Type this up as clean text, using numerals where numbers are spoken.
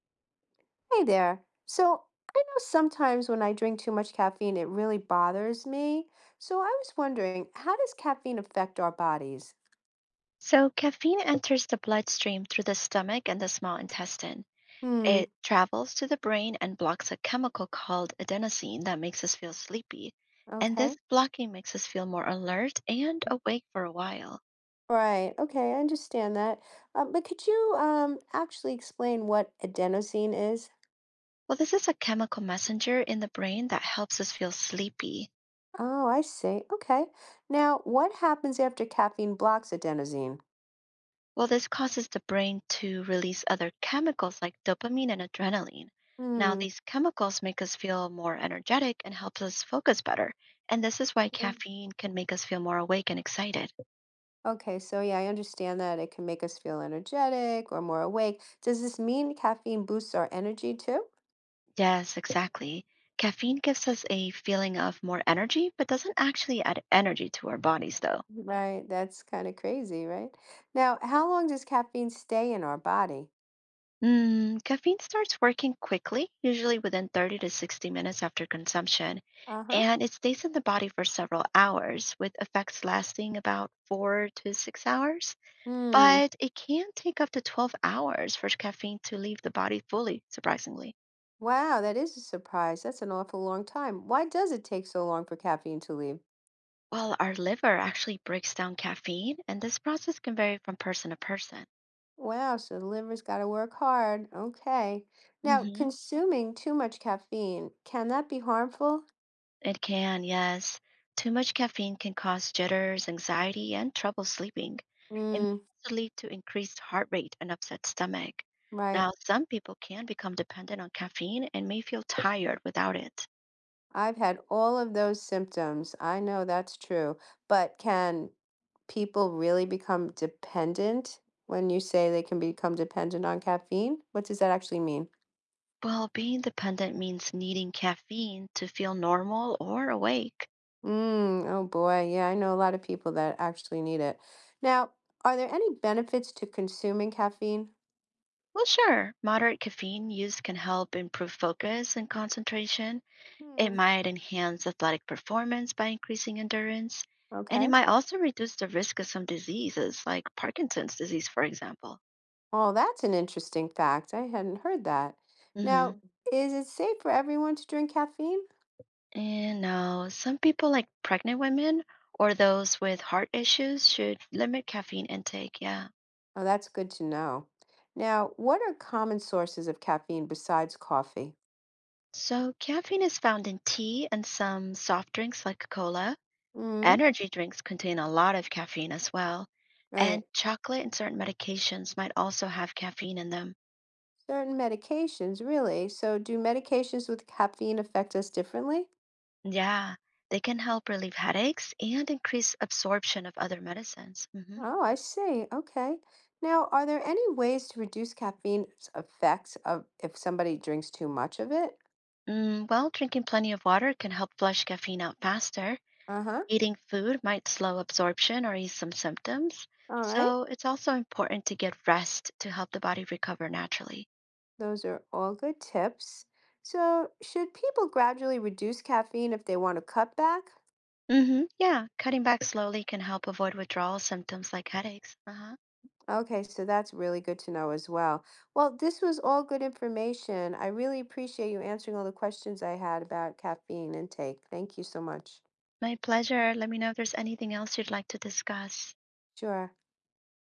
Hey there. So, I know sometimes when I drink too much caffeine, it really bothers me. So, I was wondering, how does caffeine affect our bodies? So, caffeine enters the bloodstream through the stomach and the small intestine. Hmm, It travels to the brain and blocks a chemical called adenosine that makes us feel sleepy. And this okay. blocking makes us feel more alert and awake for a while. Right, okay, I understand that. But could you actually explain what adenosine is? Well, this is a chemical messenger in the brain that helps us feel sleepy. Oh, I see. Okay. Now, what happens after caffeine blocks adenosine? Well, this causes the brain to release other chemicals like dopamine and adrenaline. Now, Hmm. these chemicals make us feel more energetic and helps us focus better. And this is why Mm. caffeine can make us feel more awake and excited. Okay, so yeah, I understand that it can make us feel energetic or more awake. Does this mean caffeine boosts our energy too? Yes, exactly. Caffeine gives us a feeling of more energy, but doesn't actually add energy to our bodies, though. Right, that's kind of crazy, right? Now, how long does caffeine stay in our body? Caffeine starts working quickly, usually within 30 to 60 minutes after consumption, Uh-huh. and it stays in the body for several hours, with effects lasting about 4 to 6 hours. Hmm. But it can take up to 12 hours for caffeine to leave the body fully, surprisingly. Wow, that is a surprise. That's an awful long time. Why does it take so long for caffeine to leave? Well, our liver actually breaks down caffeine, and this process can vary from person to person. Wow, so the liver's got to work hard. Okay. Now, consuming too much caffeine, can that be harmful? It can, yes. Too much caffeine can cause jitters, anxiety, and trouble sleeping. It may Hmm, also lead to increased heart rate and upset stomach. right. Now, some people can become dependent on caffeine and may feel tired without it. I've had all of those symptoms. I know that's true. But can people really become dependent when you say they can become dependent on caffeine? What does that actually mean? Well, being dependent means needing caffeine to feel normal or awake. Mm, oh boy, yeah, I know a lot of people that actually need it. Now, are there any benefits to consuming caffeine? Well, sure, moderate caffeine use can help improve focus and concentration. It Hmm, might enhance athletic performance by increasing endurance, and it okay. might also reduce the risk of some diseases, like Parkinson's disease, for example. Oh, that's an interesting fact. I hadn't heard that. Hmm. Now, is it safe for everyone to drink caffeine? And now, some people, like pregnant women or those with heart issues, should limit caffeine intake. Yeah. Oh, that's good to know. Now, what are common sources of caffeine besides coffee? So, caffeine is found in tea and some soft drinks like cola. Mm, Energy drinks contain a lot of caffeine as well. And right. chocolate and certain medications might also have caffeine in them. Certain medications, really? So do medications with caffeine affect us differently? Yeah, they can help relieve headaches and increase absorption of other medicines. Mhm. Oh, I see. Okay. Now, are there any ways to reduce caffeine's effects of if somebody drinks too much of it? Well, drinking plenty of water can help flush caffeine out faster. Uh-huh. Eating food might slow absorption or ease some symptoms. All right. So it's also important to get rest to help the body recover naturally. Those are all good tips. So, should people gradually reduce caffeine if they want to cut back? Hmm. Yeah, cutting back slowly can help avoid withdrawal symptoms like headaches. Uh-huh. Okay, so that's really good to know as well. Well, this was all good information. I really appreciate you answering all the questions I had about caffeine intake. Thank you so much. My pleasure. Let me know if there's anything else you'd like to discuss. Sure.